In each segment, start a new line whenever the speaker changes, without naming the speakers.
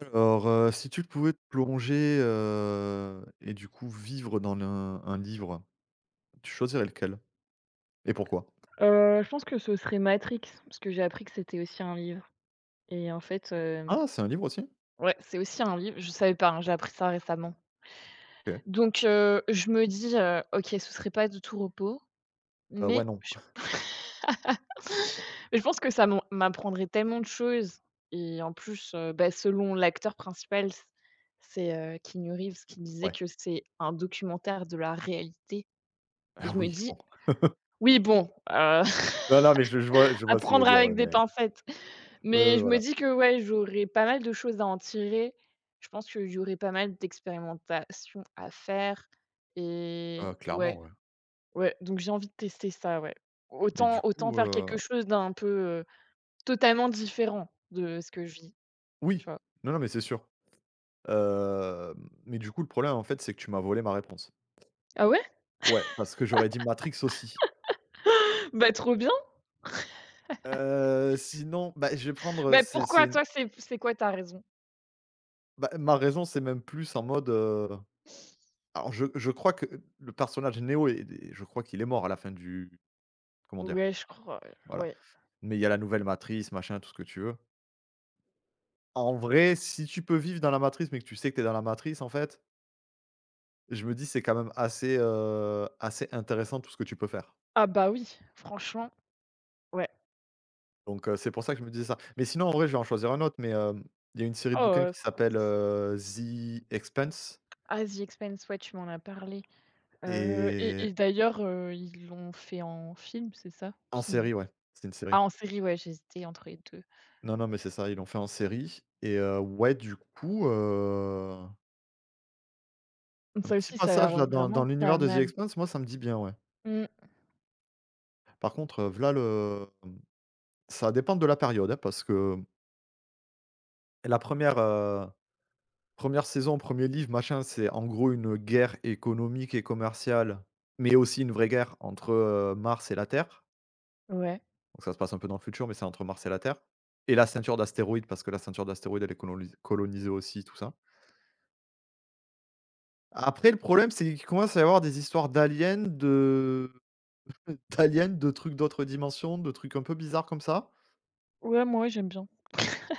Alors, si tu pouvais te plonger, et du coup vivre dans le un livre, tu choisirais lequel? Et pourquoi?
Je pense que ce serait Matrix, parce que j'ai appris que c'était aussi un livre et en fait,
Ah, c'est un livre aussi?
ouais, c'est aussi un livre, je savais pas, hein, j'ai appris ça récemment.
OK.
Donc je me dis, «OK, ce serait pas de tout repos», mais
Ouais, non.
je mais je pense que ça m'apprendrait tellement de choses et en plus, bah, selon l'acteur principal, c'est, Keanu Reeves qui disait
Ouais.
que c'est un documentaire de la réalité et
Ah
je me
oui,
dis:
bon.
«Oui, bon,
Non, non, mais je vois je
à
vois ce qu'il veut
prendre
dire,
avec
ouais,
des
mais
pincettes».
oui, oui,
Mais je me
voilà.
dis que, ouais, j'aurais pas mal de choses à en tirer. Je pense qu'il y aurait pas mal d'expérimentations à faire et
Clairement,
ouais,
ouais.
ouais, donc j'ai envie de tester ça, ouais.
Mais
Autant
du
autant
coup,
faire quelque chose d'un peu, heu, totalement différent de ce que je vis, tu
oui!
vois?
Non, non, mais c'est sûr. Mais du coup, le problème, en fait, c'est que tu m'as volé ma réponse.
Ah ouais?
Ouais, parce que j'aurais dit Matrix aussi.
Bah, trop bien!
Sinon, bah, je vais prendre,
Bah,
c'est
pourquoi
c'est
toi, c'est quoi ta raison?
bah, ma raison, c'est même plus en mode, alors je crois que le personnage Neo est je crois qu'il est mort à la fin du, comment dire?
Ouais, je crois,
Voilà.
ouais.
Mais il y a la nouvelle matrice, machin, tout ce que tu veux. En vrai, si tu peux vivre dans la matrice, mais que tu sais que tu es dans la matrice en fait, je me dis: «C'est quand même assez, assez intéressant tout ce que tu peux faire».
Ah bah, oui, franchement, ouais.
Donc c'est pour ça que je me disais ça. Mais sinon en vrai, je vais en choisir un autre, mais il y a une série de bouquins
Oh,
qui s'appelle, The Expanse
ah, The Expanse, ouais, tu m'en as parlé. Et
et
et d'ailleurs, ils l'ont fait en film, c'est ça?
en
Film?
série, ouais, c'est une série.
Ah en série, ouais, j'hésitais entre les 2.
Non, non, mais c'est ça, ils l'ont fait en série et ouais, du coup, un
Ça
petit
aussi, ça a
passage
l'air
là dans
vraiment
dans
pas
l'univers de The
mal.
Expanse, moi ça me dit bien, ouais.
Mmh,
Par contre, v'là le ça dépend de la période, hein, parce que la première re saison, premier livre, machin, c'est en gros une guerre économique et commerciale, mais aussi une vraie guerre entre, Mars et la Terre.
ouais.
Donc ça se passe un peu dans le futur, mais c'est entre Mars et la Terre et la ceinture d'astéroïdes parce que la ceinture d'astéroïdes, elle est colonisée aussi, tout ça. Après le problème, c'est qu'il commence à y avoir des histoires d'aliens, de d'aliens, de trucs d'autres dimensions, de trucs un peu bizarres comme ça.
Ouais, moi, j'aime bien.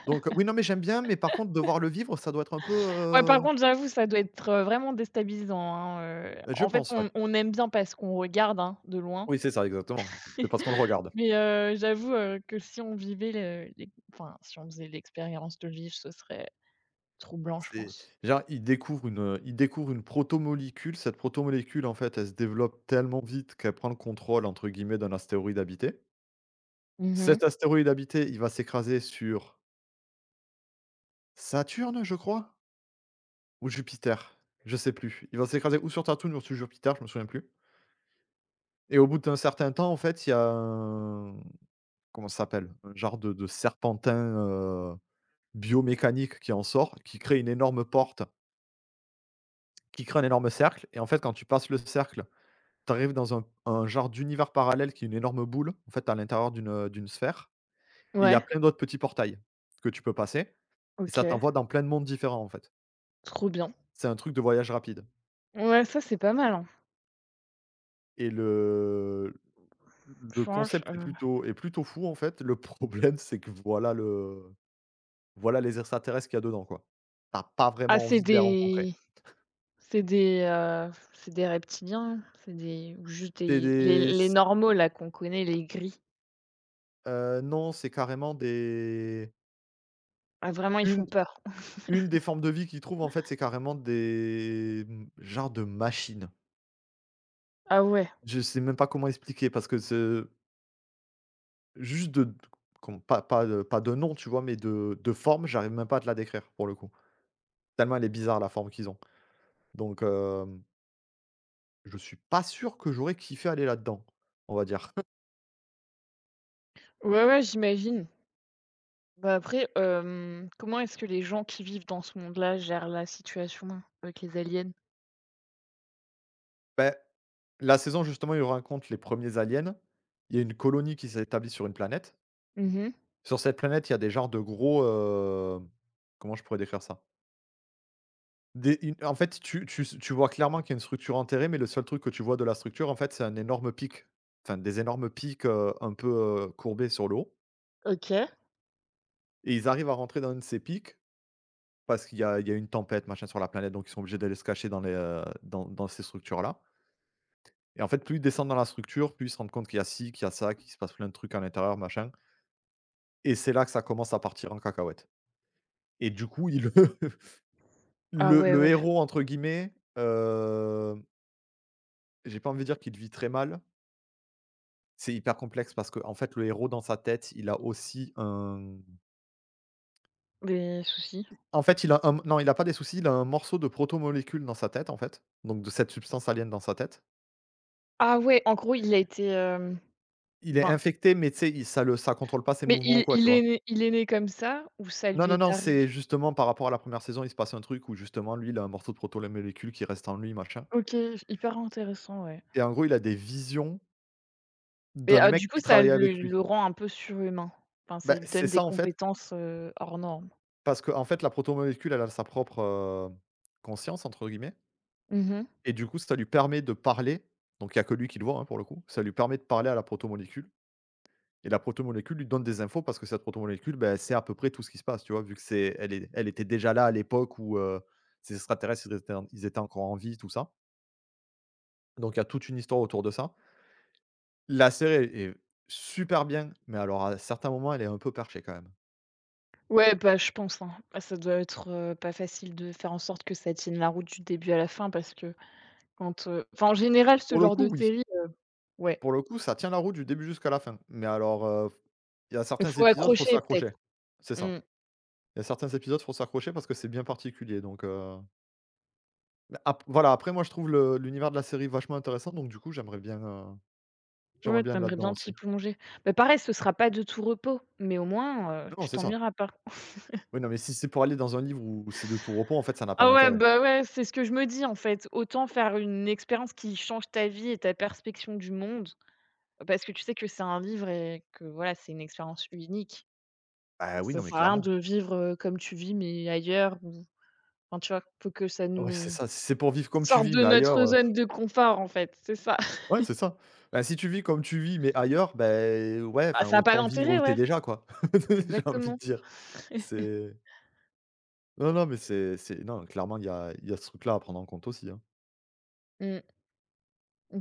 Donc oui, non, mais j'aime bien, mais par contre, devoir le vivre, ça doit être un peu,
Ouais, par contre, j'avoue, ça doit être, vraiment déstabilisant, hein,
je
en fait,
pense, ouais.
on aime bien parce qu'on regarde, hein, de loin.
Oui, c'est ça, exactement. C'est parce qu'on le regarde.
Mais, j'avoue, que si on vivait le l'é enfin, si on faisait l'expérience de le vivre, ce serait troublant, je
C'est
pense.
Genre, ils découvrent une protomolécule. Cette protomolécule, en fait, elle se développe tellement vite qu'elle prend le «contrôle» entre guillemets d'un astéroïde habité.
Mmh mh.
Cet astéroïde habité, il va s'écraser sur Saturne, je crois? Ou Jupiter? Je sais plus. Il va s'écraser ou sur Saturne ou sur Jupiter, je me souviens plus et au bout d'un certain temps, en fait, il y a un, comment ça s'appelle? Un genre de serpentin, biomécanique qui en sort, qui crée une énorme porte, qui crée un énorme cercle et en fait, quand tu passes le cercle, tu arrives dans un genre d'univers parallèle qui est une énorme boule, en fait, à l'intérieur d'une sphère et il y a
Ouais,
plein d'autres petits portails que tu peux passer et ça
OK,
t'envoie dans plein de mondes différents, en fait.
trop bien.
C'est un truc de voyage rapide
Ouais, ça, c'est pas mal, hein.
et le
Franche,
concept est
heu
plutôt est plutôt fou, en fait. Le problème, c'est que voilà les extraterrestres qu'il y a dedans, quoi. T'as pas
Ah,
vraiment envie de les rencontrer.
c'est des reptiliens, hein. C'est des ou juste
C'est
des les
des
les
c
normaux là qu'on connaît, les gris.
Non, c'est carrément des.
Ah vraiment, ils font
Une
peur.
une des formes de vie qu'ils trouvent, en fait, c'est carrément des, genres de machines.
Ah ouais.
Je sais même pas comment expliquer parce que ce juste de d pas de nom, tu vois? Mais de forme, j'arrive même pas à te la décrire, pour le coup. Tellement elle est bizarre la forme qu'ils ont. Donc je suis pas sûr que j'aurais kiffé aller là-dedans, on va dire.
Ouais, ouais, j'imagine. Bah, après, hem, comment est-ce que les gens qui vivent dans ce monde-là gèrent la situation avec les aliens?
Beh, la saison justement, ils rencontrent les premiers aliens. Il y a une colonie qui s'est établie sur une planète.
Mmh.
Sur cette planète, il y a des genres de gros, comment je pourrais décrire ça? Des une en fait, tu vois clairement qu'il y a une structure enterrée, mais le seul truc que tu vois de la structure, en fait, c'est un énorme pic. Enfin, des énormes pics, un peu, courbés sur l'eau
OK.
et ils arrivent à rentrer dans un de ces pics parce qu'il y a une tempête, machin, sur la planète, donc ils sont obligés d'aller se cacher dans les, dans dans ces structures-là et en fait, plus ils descendent dans la structure, plus ils se rendent compte qu'il y a ci, qu'il y a ça, qu'il se passe plein de trucs à l'intérieur, machin et c'est là que ça commence à partir en cacahuète et du coup, il
Ah
le
ouais,
le
ouais,
«héros», entre guillemets, j'ai pas envie de dire qu'il vit très mal. C'est hyper complexe parce que en fait, le héros dans sa tête, il a aussi un
des soucis.
en fait, il a un non, il a pas des soucis, il a un morceau de protomolécule dans sa tête, en fait, donc de cette substance alien dans sa tête.
Ah ouais, en gros, il a été, hem,
Il est
ben,
infecté, mais tu sais, il ça le ça contrôle pas ses
mais
mouvements ou
il
quoi, tu
il est
vois?
né il est né comme ça ou ça
Non,
lui
non,
est
non,
arrivé?
c'est justement par rapport à la première saison, il se passe un truc où justement lui, il a un morceau de protomolécule qui reste en lui, machin
OK, hyper intéressant, ouais.
et en gros, il a des visions d'un
Mais, du
mec
coup,
qui
ça
travaillait avec
le
lui.
rend un peu surhumain. Enfin, ça
Ben
lui
c'est
donne des
ça, en fait,
compétences, hors normes.
parce que en fait, la protomolécule, elle a sa propre, «conscience» entre guillemets.
Mmh.
Et du coup, ça lui permet de parler, donc il y a que lui qui le voit, hein, pour le coup, ça lui permet de parler à la protomolécule et la protomolécule lui donne des infos parce que cette protomolécule, bah, elle sait à peu près tout ce qui se passe, tu vois? Vu que c'est elle est elle était déjà là à l'époque où, ces extraterrestres, ils étaient encore en vie, tout ça. Donc il y a toute une histoire autour de ça. La série est super bien, mais alors à certains moments, elle est un peu perchée quand même.
Ouais, bah, je pense, hein. Bah, ça doit être, pas facile de faire en sorte que ça tienne la route du début à la fin parce que quand, enfin, en général, ce
Pour le
genre
coup,
de
oui.
série, ouais,
Pour le coup, ça tient la route du début jusqu'à la fin, mais alors, il y a
il
certains
faut
épisodes, faut
accrocher
s'accrocher.
peut-être.
C'est ça.
Mmh.
Il y a certains épisodes, faut s'accrocher parce que c'est bien particulier donc bah, ap voilà, après moi je trouve le l'univers de la série vachement intéressant donc du coup j'aimerais bien, heu, j'aimerais
Ouais,
bien
tu
être là-dedans
bien t'y
aussi.
plonger. Bah, pareil, ce sera pas de tout repos, mais au moins,
Non, non,
tu
c'est ça.
t'ennuieras pas.
Oui, non, mais si c'est pour aller dans un livre où c'est de tout repos, en fait, ça n'a pas
Ah ouais,
d'intérêt.
bah, ouais, c'est ce que je me dis, en fait. Autant faire une expérience qui change ta vie et ta perspective du monde. Parce que tu sais que c'est un livre et que voilà, c'est une expérience unique.
Ah oui,
Ça
non, mais
sert à rien
clairement.
de vivre, comme tu vis, mais ailleurs ou enfin, tu vois? Faut que ça
Ah ouais, c'est
nous
ça, si c'est pour vivre comme tu
sorte
vis
de
mais
notre
ailleurs,
zone de confort, en fait, c'est ça.
ouais, c'est ça. Ben si tu vis comme tu vis mais ailleurs, ben ouais,
Bah,
enfin
ça a pas
autant vivre
d'intérêt,
où t'es
ouais,
déjà quoi. J'ai envie
exactement.
de dire. C'est Non, non, mais c'est non, clairement il y a ce truc-là à prendre en compte aussi, hein.
Mmh.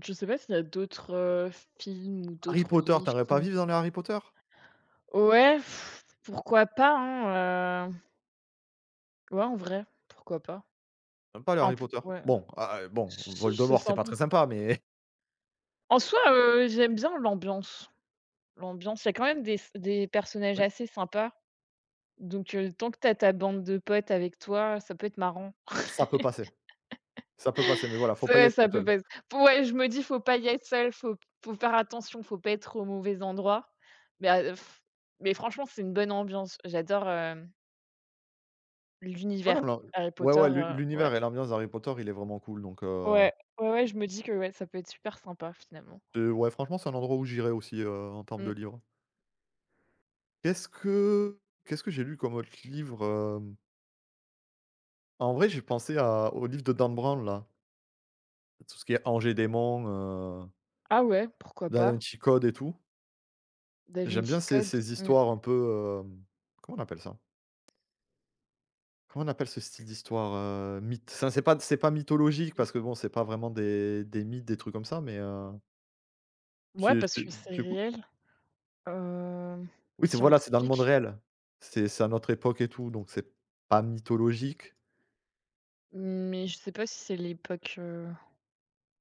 Je sais pas s'il y a d'autres, films ou
Harry
d'autres
Potter,
livres
t'aimerais
qui
pas
m
vivre dans les Harry Potter?
ouais, pff, pourquoi pas, hein, ouais, en vrai, pourquoi pas?
Même pas les
Un
Harry
peu.
Potter?
Ouais.
Bon, ah, bon,
Si, si, c'est
Voldemort, c'est pas très
sympa.
sympa, mais
En soi, j'aime bien l'ambiance. L'ambiance, il y a quand même des personnages
oui.
assez sympas, donc tant que tu as ta bande de potes avec toi, ça peut être marrant.
Ça peut passer. Ça peut passer, mais voilà, faut pas y
C'est
être
ça
tout
peut
seul.
pas se Ouais, je me dis: «Faut pas y être seul, faut faire attention, faut pas être au mauvais endroit». Mais a f Mais franchement, c'est une bonne ambiance. J'adore, hem,
Non, non,
l'univers
non.
Harry
Ouais,
Potter,
ouais,
ouais.
l'univers et l'ambiance d'Harry Potter, il est vraiment cool, donc
Ouais, ouais, ouais, je me dis que, ouais, ça peut être super sympa finalement.
c'est ouais, franchement, c'est un endroit où j'irais aussi, en termes de
Mmh.
livres. Qu'est-ce que qu'est-ce que j'ai lu comme autre livre? En vrai, j'ai pensé à au livre de Dan Brown, là. Tout ce qui est Ange et démons, heu,
Ah ouais, pourquoi
Da
pas?
Vinci Code et tout.
Da
J'aime bien
Vinci
ces
Code,
ces
mmh.
histoires un peu, comment on appelle ça? Comment on appelle ce style d'histoire? Mythe. Ça, c'est pas mythologique
Mmh.
parce que bon, c'est pas vraiment des mythes, des trucs comme ça, mais,
Ouais,
c'est
parce
c'est
que c'est
c'est cool.
réel, heu,
Oui, c'est voilà, c'est dans le monde
scientifique.
réel. C'est à notre époque et tout, donc c'est pas mythologique.
Mais je sais pas si c'est l'époque,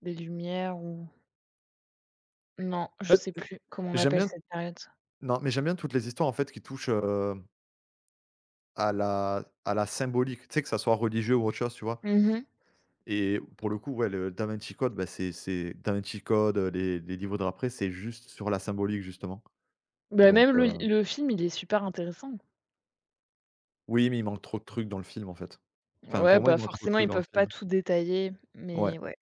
des Lumières ou non, je
En
sais
fait,
plus comment on
j'aime
appelle
bien
cette période.
non, mais j'aime bien toutes les histoires en fait qui touchent, à la symbolique. Tu sais, que ça soit religieux ou autre chose, tu vois?
Mmh.
Et pour le coup, ouais, le Da Vinci Code, bah, c'est Da Vinci Code, les livres de Rapré, c'est juste sur la symbolique justement,
Bah,
donc
même
euh,
le film, il est super intéressant.
oui, mais il manque trop de trucs dans le film, en fait. Enfin,
Ouais,
pour moi,
bah,
il manque trop de
forcément, ils
trucs dans le
peuvent
film.
pas tout détailler, mais
Ouais,
ouais.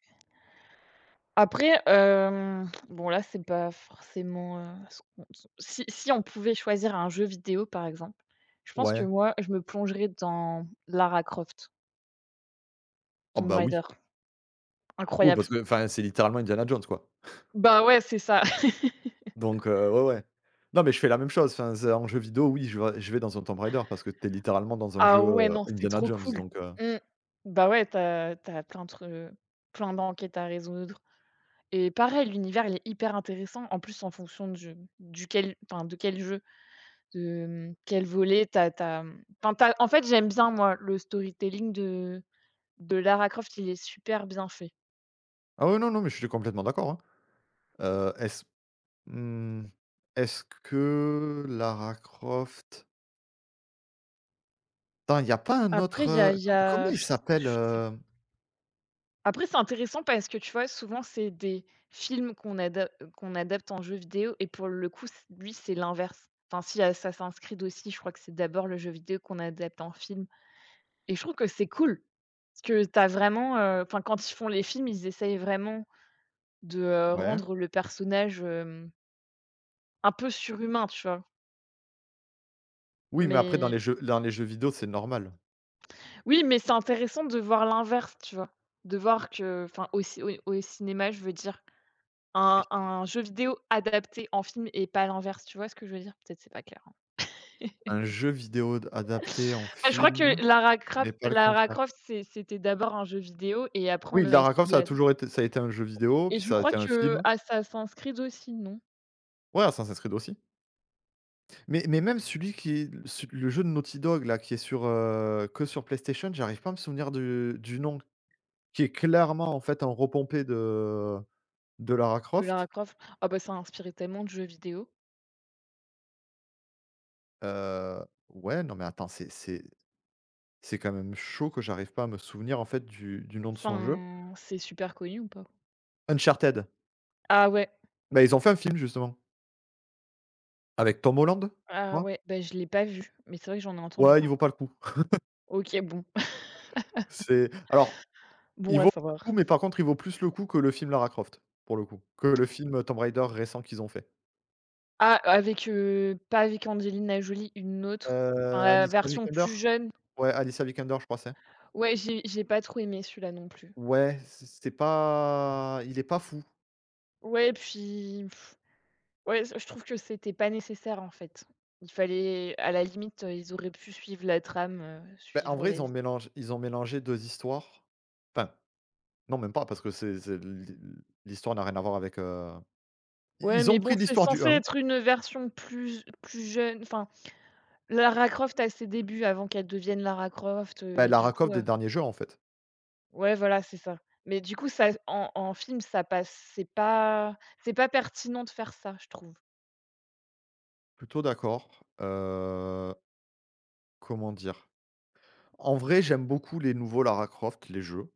Après, hem, bon là, c'est pas forcément, ce qu'on s si si on pouvait choisir un jeu vidéo, par exemple, je pense que
ouais.
moi, je me plongerais dans Lara Croft,
Oh
Tomb
bah,
Raider,
oui. Oui,
incroyable.
parce que, enfin, c'est littéralement Indiana Jones, quoi.
Bah, ouais, c'est ça.
Donc ouais, ouais. Non, mais je fais la même chose. Enfin, c'est en jeu vidéo, oui, je vais dans un Tomb Raider parce que tu es littéralement dans un
Ah
jeu,
ouais, non, c'était
Indiana
trop
Jones,
cool.
donc
Mmh. Bah ouais, tu as plein de tru plein d'enquêtes à résoudre et pareil, l'univers, il est hyper intéressant. En plus, en fonction du duquel enfin, de quel jeu, de, mmh, quel volet, tu as en fait, j'aime bien, moi, le storytelling de Lara Croft, il est super bien fait.
ah ouais, non, non, mais je suis complètement d'accord, hein. Est-ce mmh, est-ce que Lara Croft, attends, il y a pas un
Après,
autre,
il y
co comment
a
il
je sais
s'appelle,
je Après, c'est intéressant parce que, tu vois, souvent, c'est des films qu'on adapte en jeu vidéo et pour le coup, c lui, c'est l'inverse. Enfin, si Assassin's Creed aussi, je crois que c'est d'abord le jeu vidéo qu'on adapte en film et je trouve que c'est cool parce que t'as vraiment, enfin, quand ils font les films, ils essayent vraiment de,
Ouais.
rendre le personnage, hem, un peu surhumain, tu vois?
Oui, mais après
Mais
dans les jeux vidéo, c'est normal.
oui, mais c'est intéressant de voir l'inverse, tu vois? De voir que enfin, au au cinéma, je veux dire. Un jeu vidéo adapté en film et pas l'inverse, tu vois ce que je veux dire? Peut-être c'est pas clair, hein.
Un jeu vidéo d adapté en
Bah, je crois que
film et pas le
Lara
contraire.
Croft, c'était d'abord un jeu vidéo et après on
Oui,
a
Lara
essayé de
Croft,
la
ça a été un jeu vidéo,
et
puis
je
ça a
crois
été un
que
film.
Assassin's Creed aussi, non?
Ouais, Assassin's Creed aussi. Mais même celui qui est le jeu de Naughty Dog là, qui est que sur PlayStation, j'arrive pas à me souvenir du nom, qui est clairement en fait un repompé de Lara
Le Lara
Croft.
Croft? Ah bah, ça a inspiré tellement de jeux vidéo.
Heu, ouais, non mais attends, c'est quand même chaud que j'arrive pas à me souvenir en fait du nom de son jeu.
Enfin, c'est super connu ou pas?
Uncharted.
Ah ouais,
Bah, ils ont fait un film justement, avec Tom Holland, tu
ah
vois?
ouais, bah, je l'ai pas vu, mais c'est vrai que j'en ai entendu
Ouais, il
parler.
vaut pas le coup.
OK, bon,
C'est alors,
bon
il
à
vaut le coup,
savoir.
mais par contre, il vaut plus le coup que le film Lara Croft, pour le coup, que le film Tomb Raider récent qu'ils ont fait.
Ah, avec, pas avec Angelina Jolie, une autre, enfin la
Alicia
version
Vikander?
plus jeune.
Ouais, Alicia Vikander, je crois c'est.
Ouais, j'ai pas trop aimé celui-là non plus.
Ouais, c'est pas il est pas fou.
Ouais, puis pff, ouais, je trouve que c'était pas nécessaire, en fait. Il fallait à la limite, ils auraient pu suivre la trame,
Bah, en
suivre
vrai,
les
ils ont mélangé 2 histoires. Enfin, non, même pas parce que c'est l'hi l'histoire n'a rien à voir avec, i
ouais,
ils
mais
ont
bon,
pris
c'est
l'histoire du
censé
un,
être une version plus jeune, enfin, Lara Croft à ses débuts avant qu'elle devienne Lara Croft,
bah,
du
Lara
coup,
Croft des derniers jeux, en fait.
ouais, voilà, c'est ça. Mais du coup, ça en film, ça passe, c'est pas pertinent de faire ça, je trouve.
Plutôt d'accord, comment dire? En vrai, j'aime beaucoup les nouveaux Lara Croft, les jeux.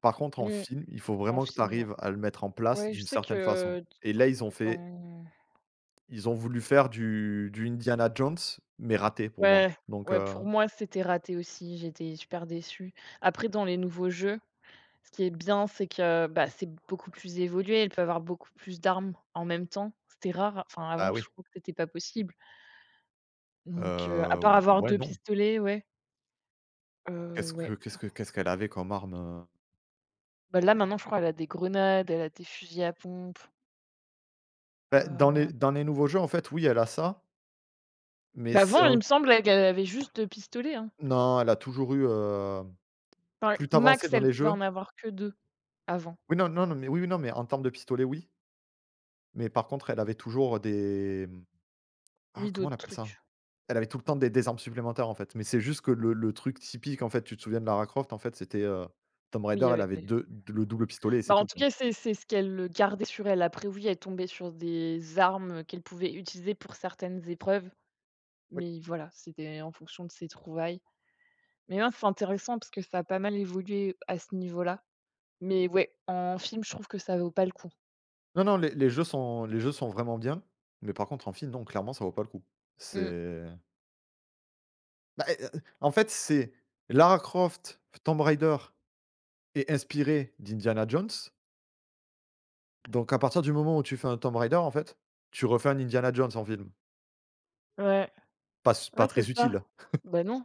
Par contre, en
Mmh,
film, il faut
en
vraiment que tu
film, ouais.
arrives à le mettre en place
Ouais, je
d'une
sais
certaine façon.
que
Et là,
dans
ils ont voulu faire du Indiana Jones, mais raté pour moi.
Ouais,
Donc,
ouais, pour moi, c'était raté aussi, j'étais super déçue. Après, dans les nouveaux jeux, ce qui est bien, c'est que, bah, c'est beaucoup plus évolué, elle peut avoir beaucoup plus d'armes en même temps. C'était rare, enfin,
bah,
avant, je
oui,
crois que c'était pas possible. Donc, à
heu,
part avoir
ouais,
2
non.
pistolets, ouais, ouais.
Qu'est-ce qu'elle avait comme arme,
Bah, là, maintenant, je crois, qu'elle a des grenades, elle a des fusils à pompe,
Bah,
heu,
dans les nouveaux jeux, en fait, oui, elle a ça, mais
mais
c'est
avant, il
un
me semble qu'elle avait juste 2 pistolets, hein.
non, elle a toujours eu,
Enfin,
plus tu
max,
dans
elle
les
pouvait
jeux
en avoir que 2. Avant.
oui, non, non, non, mais oui, oui, non, mais en termes de pistolet, oui, mais par contre, elle avait toujours des, ah,
Oui,
comment on
d'autres
appelle ça?
trucs.
Elle avait tout le temps des armes supplémentaires, en fait, mais c'est juste que le truc typique, en fait, tu te souviens de Lara Croft, en fait, c'était, Tomb Raider,
Oui,
elle
avec
avait
les
deux le double pistolet et
Bah,
c'est
en
tout,
tout
quoi.
cas, c'est ce qu'elle, gardait sur elle. Après oui, elle tombait sur des armes, qu'elle pouvait utiliser pour certaines épreuves,
Oui.
mais voilà, c'était en fonction de ses trouvailles. Mais non, c'est intéressant parce que ça a pas mal évolué à ce niveau-là. Mais ouais, en film, je trouve que ça vaut pas le coup.
Non, non, les jeux sont vraiment bien, mais par contre en film, non, clairement, ça vaut pas le coup.
Mmh.
C'est Bah, eh, en fait, c'est Lara Croft, Tomb Raider est inspiré d'Indiana Jones, donc à partir du moment où tu fais un Tomb Raider, en fait, tu refais un Indiana Jones en film.
Ouais, ouais,
Pas
c'est
très
ça.
utile.
Bah, non.